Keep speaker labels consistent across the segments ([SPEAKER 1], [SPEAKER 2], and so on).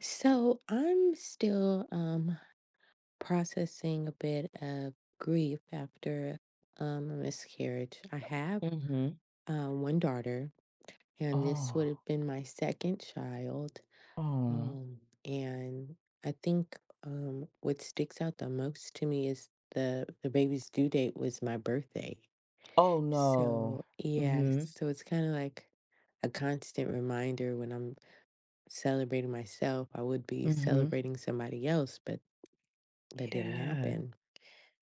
[SPEAKER 1] So I'm still processing a bit of grief after a miscarriage. I have
[SPEAKER 2] Mhm.
[SPEAKER 1] one daughter, and this would
[SPEAKER 2] Oh.
[SPEAKER 1] have been my second child.
[SPEAKER 2] Oh.
[SPEAKER 1] Um, and I think what sticks out the most to me is the baby's due date was my birthday.
[SPEAKER 2] Oh no.
[SPEAKER 1] So yeah,
[SPEAKER 2] Mhm.
[SPEAKER 1] so it's kind of like a constant reminder when I'm celebrating myself, I would be
[SPEAKER 2] Mhm.
[SPEAKER 1] celebrating somebody else, but that didn't
[SPEAKER 2] Yeah.
[SPEAKER 1] happen.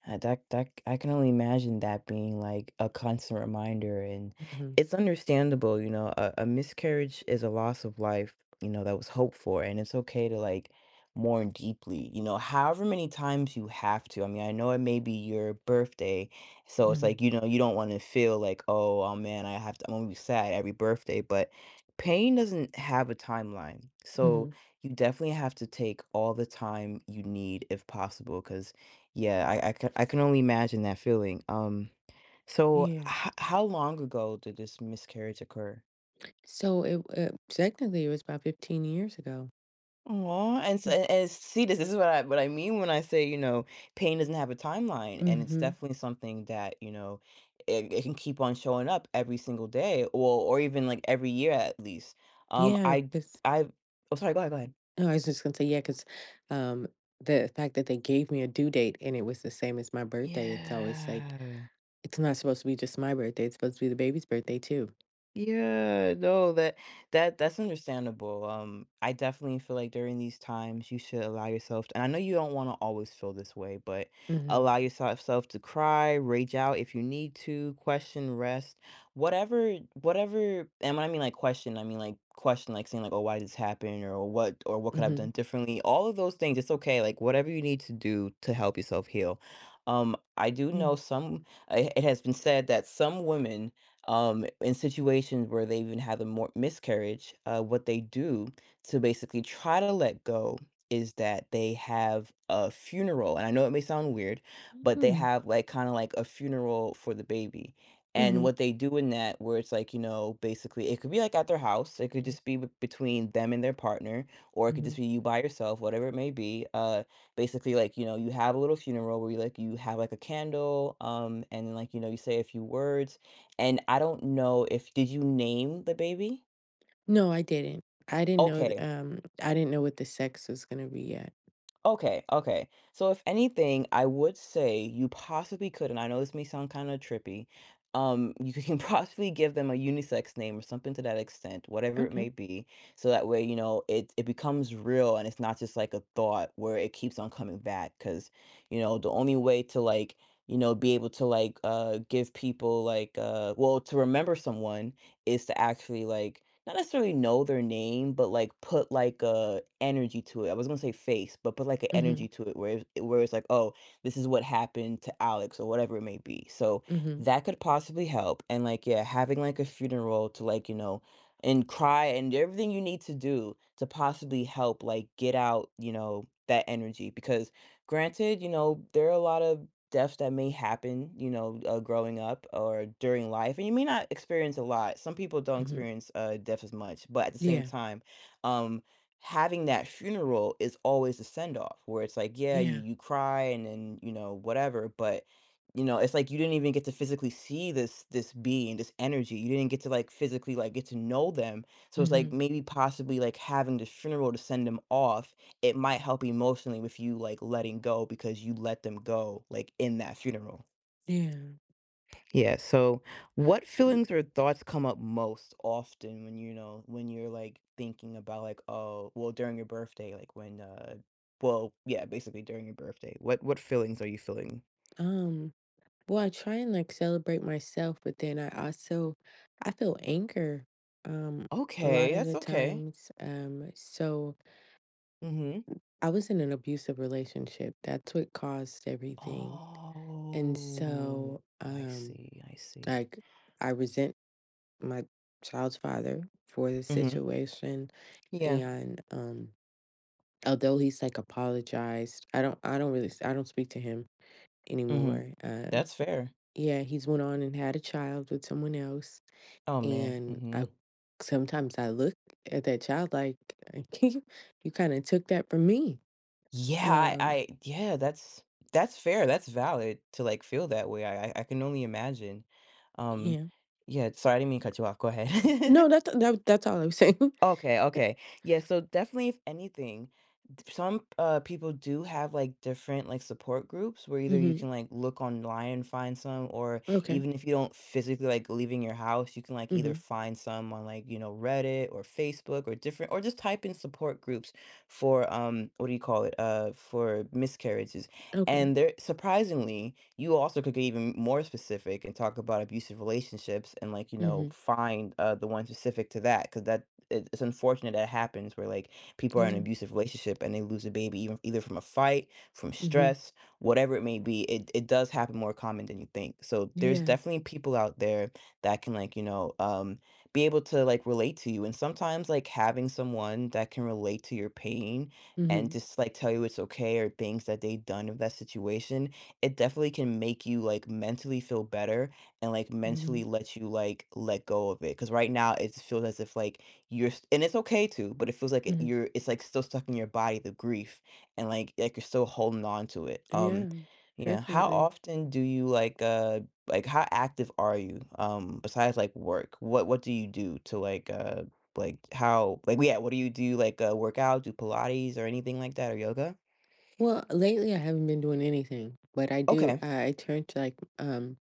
[SPEAKER 2] That I can only imagine that being like a constant reminder, and
[SPEAKER 1] Mhm,
[SPEAKER 2] it's understandable, you know, a miscarriage is a loss of life, you know, that was hoped for, and it's okay to like mourn deeply, you know, however many times you have to. I mean, I know it may be your birthday, so it's
[SPEAKER 1] mhm,
[SPEAKER 2] like, you know, you don't want to feel like, oh, oh man, I'm gonna be sad every birthday, but pain doesn't have a timeline, so
[SPEAKER 1] mhm,
[SPEAKER 2] you definitely have to take all the time you need if possible, because yeah, I can only imagine that feeling. Um, so
[SPEAKER 1] yeah.
[SPEAKER 2] h- how long ago did this miscarriage occur?
[SPEAKER 1] So it technically, it was about 15 years ago.
[SPEAKER 2] Oh. and, so,
[SPEAKER 1] Mm,
[SPEAKER 2] and and see this is what I mean when I say, you know, pain doesn't have a timeline, and it's
[SPEAKER 1] mhm.
[SPEAKER 2] definitely something that, you know, it can keep on showing up every single day, or even like every year at least. Um,
[SPEAKER 1] Yeah,
[SPEAKER 2] I
[SPEAKER 1] 'cause
[SPEAKER 2] I, oh, sorry, go ahead, go ahead.
[SPEAKER 1] no, I was just gonna say, yeah because, um, the fact that they gave me a due date and it was the same as my birthday, it's always like
[SPEAKER 2] Yeah.
[SPEAKER 1] it's not supposed to be just my birthday, it's supposed to be the baby's birthday too.
[SPEAKER 2] Yeah, no, that's understandable. I definitely feel like during these times you should allow yourself to, and I know you don't want to always feel this way, but
[SPEAKER 1] Mhm,
[SPEAKER 2] allow yourself self to cry, rage out if you need to, question, rest, whatever, whatever. And when I mean like question, I mean like question, like saying like, oh, why did this happen, or what could I've done
[SPEAKER 1] mhm,
[SPEAKER 2] differently? All of those things, it's okay. Like whatever you need to do to help yourself heal. I do
[SPEAKER 1] yeah.
[SPEAKER 2] know some. It has been said that some women in situations where they've even had a more miscarriage, what they do to basically try to let go is that they have a funeral. And I know it may sound weird, but they
[SPEAKER 1] Mm,
[SPEAKER 2] have like kind of like a funeral for the baby. And
[SPEAKER 1] mhm,
[SPEAKER 2] what they do in that, where it's like, you know, basically it could be like at their house, it could just be between them and their partner, or it could
[SPEAKER 1] mhm.
[SPEAKER 2] just be you by yourself, whatever it may be. Basically, like, you know, you have a little funeral where you like, you have like a candle, and then like, you know, you say a few words and I don't know if did you name the baby?
[SPEAKER 1] No, I didn't. I didn't know th
[SPEAKER 2] Okay.
[SPEAKER 1] I didn't know what the sex was gonna be yet.
[SPEAKER 2] Okay, okay. So if anything, I would say you possibly could, and I know this may sound kind of trippy, you can possibly give them a unisex name or something to that extent, whatever it
[SPEAKER 1] Okay.
[SPEAKER 2] may be, so that way, you know, it becomes real and it's not just like a thought where it keeps on coming back. Because, you know, the only way to like, you know, be able to like give people like well to remember someone is to actually like not necessarily know their name, but like put like a energy to it. I was gonna say face, but put like an
[SPEAKER 1] Mhm,
[SPEAKER 2] energy to it where it's like, oh, this is what happened to Alex or whatever it may be. So
[SPEAKER 1] mhm,
[SPEAKER 2] that could possibly help. And like, yeah, having like a funeral to like, you know, and cry and everything you need to do to possibly help like get out, you know, that energy. Because granted, you know, there are a lot of deaths that may happen, you know, growing up or during life, and you may not experience a lot. Some people don't
[SPEAKER 1] mhm.
[SPEAKER 2] experience death as much, but at the same
[SPEAKER 1] Yeah.
[SPEAKER 2] time, um, having that funeral is always a send off where it's like, yeah, you
[SPEAKER 1] Yeah.
[SPEAKER 2] you cry and then you know whatever, but you know it's like you didn't even get to physically see this being, this energy, you didn't get to like physically like get to know them, so it's like
[SPEAKER 1] Mhm.
[SPEAKER 2] maybe possibly like having this funeral to send them off, it might help emotionally with you, like, letting go because you let them go, like, in that funeral.
[SPEAKER 1] Yeah.
[SPEAKER 2] Yeah, so what feelings or thoughts come up most often when, you know, when you're, like, thinking about, like, oh well, during your birthday, like, yeah, basically during your birthday. What feelings are you feeling?
[SPEAKER 1] Um, well, I try and like celebrate myself, but then I also I feel anger um a lot
[SPEAKER 2] Okay,
[SPEAKER 1] of
[SPEAKER 2] that's
[SPEAKER 1] the
[SPEAKER 2] okay.
[SPEAKER 1] times. So
[SPEAKER 2] Mhm.
[SPEAKER 1] I was in an abusive relationship. That's what caused everything. And
[SPEAKER 2] Oh,
[SPEAKER 1] so
[SPEAKER 2] I see, I see.
[SPEAKER 1] like I resent my child's father for the
[SPEAKER 2] Mhm.
[SPEAKER 1] situation
[SPEAKER 2] Yeah.
[SPEAKER 1] and although he's like apologized, I don't really I don't speak to him
[SPEAKER 2] Mhm.
[SPEAKER 1] anymore. Um,
[SPEAKER 2] That's fair.
[SPEAKER 1] yeah, he's went on and had a child with someone else,
[SPEAKER 2] Oh, man.
[SPEAKER 1] and I
[SPEAKER 2] Mhm.
[SPEAKER 1] sometimes I look at that child like, "You kinda took that from me."
[SPEAKER 2] Yeah,
[SPEAKER 1] Um,
[SPEAKER 2] that's fair, that's valid to, like, feel that way, I can only imagine. Um,
[SPEAKER 1] yeah.
[SPEAKER 2] yeah, sorry, I didn't mean to cut you off, go
[SPEAKER 1] No,
[SPEAKER 2] ahead.
[SPEAKER 1] that's that's all I was saying.
[SPEAKER 2] Okay, okay. Yeah, so definitely if anything some people do have like different like support groups where either you
[SPEAKER 1] Mhm.
[SPEAKER 2] can like look online and find some, or
[SPEAKER 1] Okay.
[SPEAKER 2] even if you don't physically like leaving your house you can like either
[SPEAKER 1] Mhm.
[SPEAKER 2] find some on like, you know, Reddit or Facebook or different, or just type in support groups for what do you call it, for miscarriages.
[SPEAKER 1] Okay.
[SPEAKER 2] And there surprisingly you also could get even more specific and talk about abusive relationships and, like, you know,
[SPEAKER 1] Mhm.
[SPEAKER 2] find the one specific to that. Because that it's unfortunate that happens where like people are in an
[SPEAKER 1] Yeah.
[SPEAKER 2] abusive relationship and they lose a baby, even either from a fight, from
[SPEAKER 1] Mhm.
[SPEAKER 2] stress, whatever it may be, it does happen more common than you think, so there's
[SPEAKER 1] Yeah.
[SPEAKER 2] definitely people out there that can, like, you know, be able to like relate to you. And sometimes like having someone that can relate to your pain and
[SPEAKER 1] Mhm.
[SPEAKER 2] just like tell you it's okay, or things that they've done in that situation, it definitely can make you like mentally feel better and like
[SPEAKER 1] Mhm.
[SPEAKER 2] mentally let you like let go of it. Because right now it feels as if like and it's okay to, but it feels like it,
[SPEAKER 1] Mhm.
[SPEAKER 2] you're it's like still stuck in your body, the grief, and like you're still holding on to it.
[SPEAKER 1] Yeah.
[SPEAKER 2] Yeah, how
[SPEAKER 1] Definitely.
[SPEAKER 2] often do you like how active are you, besides like work, what do you do to like how like yeah, what do you do, like work out, do Pilates or anything like that, or yoga?
[SPEAKER 1] Well, lately I haven't been doing anything, but I do.
[SPEAKER 2] Okay.
[SPEAKER 1] I turned to like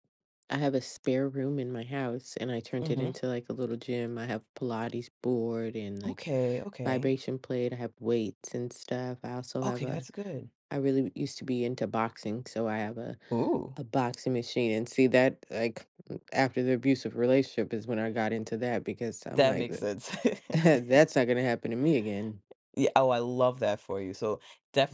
[SPEAKER 1] I have a spare room in my house, and I turned it
[SPEAKER 2] Hmm.
[SPEAKER 1] into like a little gym. I have Pilates board and like
[SPEAKER 2] Okay, okay.
[SPEAKER 1] vibration plate. I have weights and stuff. I also have
[SPEAKER 2] Okay,
[SPEAKER 1] a.
[SPEAKER 2] that's good.
[SPEAKER 1] I really used to be into boxing, so I have a
[SPEAKER 2] Ooh.
[SPEAKER 1] a boxing machine. And see that like after the abusive relationship is when I got into that because I'm
[SPEAKER 2] That
[SPEAKER 1] like
[SPEAKER 2] makes sense.
[SPEAKER 1] that's not gonna happen to me again.
[SPEAKER 2] Yeah, oh, I love that for you. So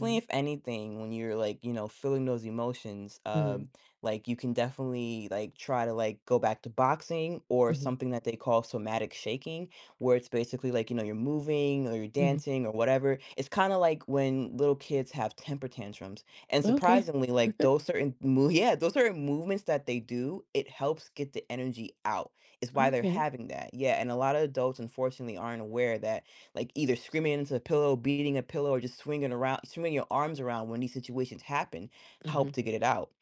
[SPEAKER 1] Mm-hmm.
[SPEAKER 2] if anything, when you're like, you know, feeling those emotions, like you can definitely like try to like go back to boxing or
[SPEAKER 1] Mm-hmm.
[SPEAKER 2] something that they call somatic shaking, where it's basically like, you know, you're moving or you're
[SPEAKER 1] Hmm.
[SPEAKER 2] dancing or whatever. It's kind of like when little kids have temper tantrums. And
[SPEAKER 1] Okay.
[SPEAKER 2] surprisingly, like yeah, those certain movements that they do, it helps get the energy out. It's why they're
[SPEAKER 1] Okay.
[SPEAKER 2] having that. Yeah. And a lot of adults, unfortunately, aren't aware that like either screaming into a pillow, beating a pillow, or just swinging around, swinging your arms around when these situations happen, help
[SPEAKER 1] Mhm.
[SPEAKER 2] to get it out.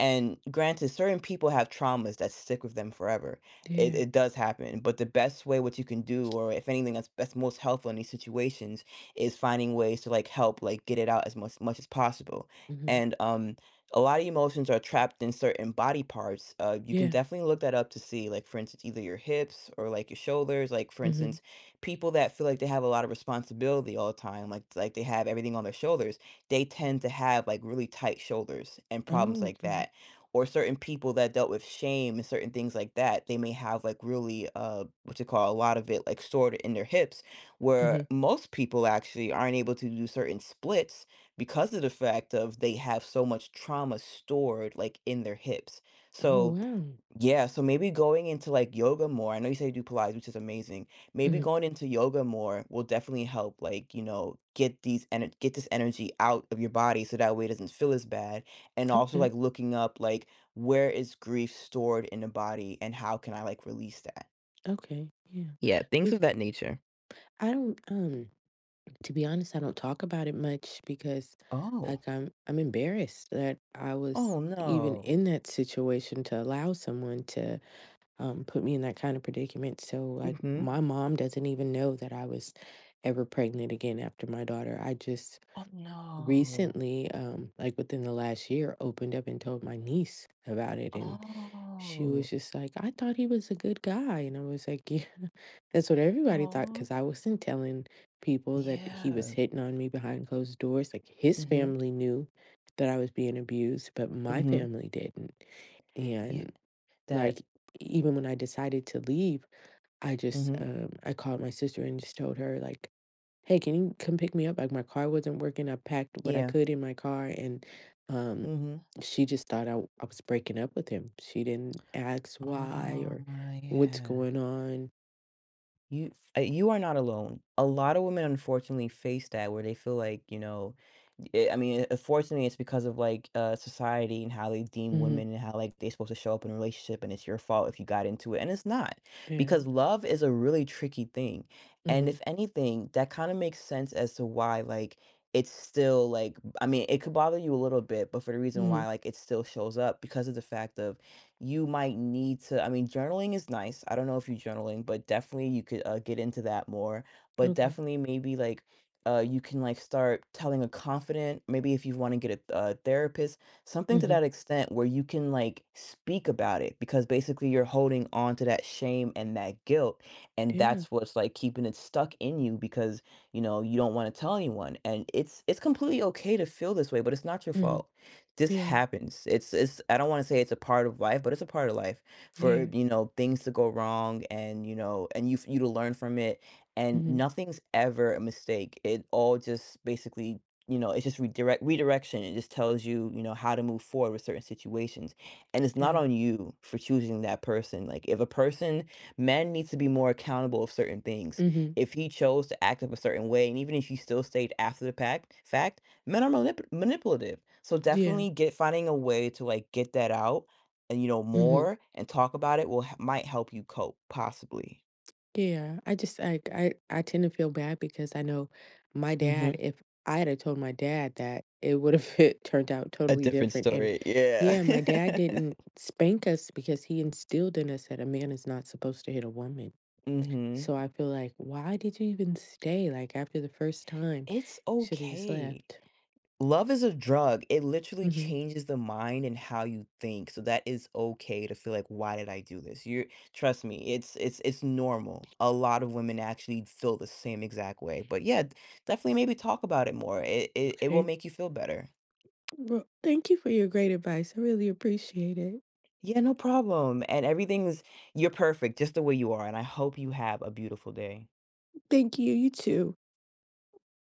[SPEAKER 2] And granted, certain people have traumas that stick with them forever. It,
[SPEAKER 1] Yeah.
[SPEAKER 2] it does happen. But the best way, what you can do, or if anything that's, most helpful in these situations, is finding ways to like help, like get it out as much, much as possible.
[SPEAKER 1] Mhm.
[SPEAKER 2] And a lot of emotions are trapped in certain body parts. You can
[SPEAKER 1] Yeah.
[SPEAKER 2] definitely look that up to see, like, for instance, either your hips or like your shoulders. Like, for
[SPEAKER 1] Mhm.
[SPEAKER 2] instance, people that feel like they have a lot of responsibility all the time, like they have everything on their shoulders, they tend to have like really tight shoulders and problems
[SPEAKER 1] Oh,
[SPEAKER 2] like
[SPEAKER 1] okay.
[SPEAKER 2] that. Or certain people that dealt with shame and certain things like that, they may have like really what you call a lot of it like stored in their hips, where
[SPEAKER 1] Mhm.
[SPEAKER 2] most people actually aren't able to do certain splits because of the fact of they have so much trauma stored like in their hips.
[SPEAKER 1] Oh,
[SPEAKER 2] So
[SPEAKER 1] wow.
[SPEAKER 2] yeah, so maybe going into like yoga more. I know you said you do Pilates, which is amazing. Maybe
[SPEAKER 1] Mhm.
[SPEAKER 2] going into yoga more will definitely help, like, you know, get these and get this energy out of your body so that way it doesn't feel as bad. And also
[SPEAKER 1] Okay.
[SPEAKER 2] like looking up like, where is grief stored in the body and how can I like release that?
[SPEAKER 1] Okay. Yeah.
[SPEAKER 2] Yeah, things of
[SPEAKER 1] We
[SPEAKER 2] that nature.
[SPEAKER 1] I don't to be honest, I don't talk about it much because
[SPEAKER 2] Oh,
[SPEAKER 1] like I'm embarrassed that I was
[SPEAKER 2] oh
[SPEAKER 1] even
[SPEAKER 2] no.
[SPEAKER 1] in that situation to allow someone to put me in that kind of predicament. So like
[SPEAKER 2] Mm-hmm.
[SPEAKER 1] my mom doesn't even know that I was ever pregnant again after my daughter. I just
[SPEAKER 2] Oh no.
[SPEAKER 1] recently, like within the last year, opened up and told my niece about it. And she was
[SPEAKER 2] Oh,
[SPEAKER 1] just like, I thought he was a good guy. And I was like, yeah, that's what everybody thought.
[SPEAKER 2] oh,
[SPEAKER 1] Cause I wasn't telling people that he was
[SPEAKER 2] yeah.
[SPEAKER 1] hitting on me behind closed doors. Like his
[SPEAKER 2] Mm-hmm.
[SPEAKER 1] family knew that I was being abused, but my
[SPEAKER 2] Mm-hmm.
[SPEAKER 1] family didn't.
[SPEAKER 2] Yeah,
[SPEAKER 1] And
[SPEAKER 2] that,
[SPEAKER 1] like, even when I decided to leave, I just,
[SPEAKER 2] Mm-hmm.
[SPEAKER 1] I called my sister and just told her, like, "Hey, can you come pick me up?" Like, my car wasn't working, I packed what I
[SPEAKER 2] Yeah.
[SPEAKER 1] could in my car, and, um,
[SPEAKER 2] Mhm.
[SPEAKER 1] she just thought I was breaking up with him. She didn't ask why
[SPEAKER 2] Ah,
[SPEAKER 1] or what's
[SPEAKER 2] yeah.
[SPEAKER 1] going on.
[SPEAKER 2] You you are not alone. A lot of women unfortunately face that where they feel like, you know, I mean, unfortunately it's because of like society and how they deem
[SPEAKER 1] Mhm,
[SPEAKER 2] women and how like they're supposed to show up in a relationship, and it's your fault if you got into it. And it's not.
[SPEAKER 1] yeah,
[SPEAKER 2] Because love is a really tricky thing. And
[SPEAKER 1] mhm,
[SPEAKER 2] if anything, that kind of makes sense as to why like it's still like, I mean, it could bother you a little bit, but for the reason
[SPEAKER 1] mhm,
[SPEAKER 2] why like it still shows up because of the fact of, you might need to, I mean, journaling is nice. I don't know if you're journaling, but definitely you could, get into that more. But
[SPEAKER 1] okay,
[SPEAKER 2] definitely maybe, like, you can, like, start telling a confident, maybe if you wanna get a therapist, something to
[SPEAKER 1] mhm,
[SPEAKER 2] that extent where you can, like, speak about it, because basically you're holding on to that shame and that guilt, and
[SPEAKER 1] yeah,
[SPEAKER 2] that's what's, like, keeping it stuck in you. Because, you know, you don't wanna tell anyone, and it's completely okay to feel this way, but it's not your
[SPEAKER 1] mhm,
[SPEAKER 2] fault. This
[SPEAKER 1] yeah,
[SPEAKER 2] happens. It's I don't wanna say it's a part of life, but it's a part of life for,
[SPEAKER 1] yeah,
[SPEAKER 2] you know, things to go wrong, and, you know, and you to learn from it, and
[SPEAKER 1] mhm,
[SPEAKER 2] nothing's ever a mistake. It all just basically, you know, it's just redirection. It just tells you, you know, how to move forward with certain situations, and it's not
[SPEAKER 1] yeah,
[SPEAKER 2] on you for choosing that person. Like, if a person man needs to be more accountable of certain things.
[SPEAKER 1] mhm,
[SPEAKER 2] If he chose to act up a certain way, and even if you still stayed after the pact fact, men are manipulative, so
[SPEAKER 1] yeah,
[SPEAKER 2] definitely get finding a way to, like, get that out and, you know,
[SPEAKER 1] mhm.
[SPEAKER 2] more, and talk about it will h might help you cope, possibly.
[SPEAKER 1] Yeah, I just like I tend to feel bad because I know my dad,
[SPEAKER 2] Mhm.
[SPEAKER 1] if I had have told my dad that, it would have it turned out
[SPEAKER 2] A
[SPEAKER 1] totally
[SPEAKER 2] different
[SPEAKER 1] different. And
[SPEAKER 2] story, yeah.
[SPEAKER 1] yeah, my dad didn't spank us because he instilled in us that a man is not supposed to hit a woman.
[SPEAKER 2] Mhm.
[SPEAKER 1] So I feel like, why did you even stay? Like after the first time,
[SPEAKER 2] It's
[SPEAKER 1] should have just
[SPEAKER 2] okay.
[SPEAKER 1] left.
[SPEAKER 2] Love is a drug. It literally
[SPEAKER 1] Hmm.
[SPEAKER 2] changes the mind and how you think. So that is okay to feel like, why did I do this? You, trust me, it's normal. A lot of women actually feel the same exact way. But yeah, definitely maybe talk about it more. It will
[SPEAKER 1] Okay.
[SPEAKER 2] make you feel better.
[SPEAKER 1] Well, thank you for your great advice. I really appreciate it.
[SPEAKER 2] Yeah, no problem. And everything's you're perfect just the way you are. And I hope you have a beautiful day.
[SPEAKER 1] Thank you. You too.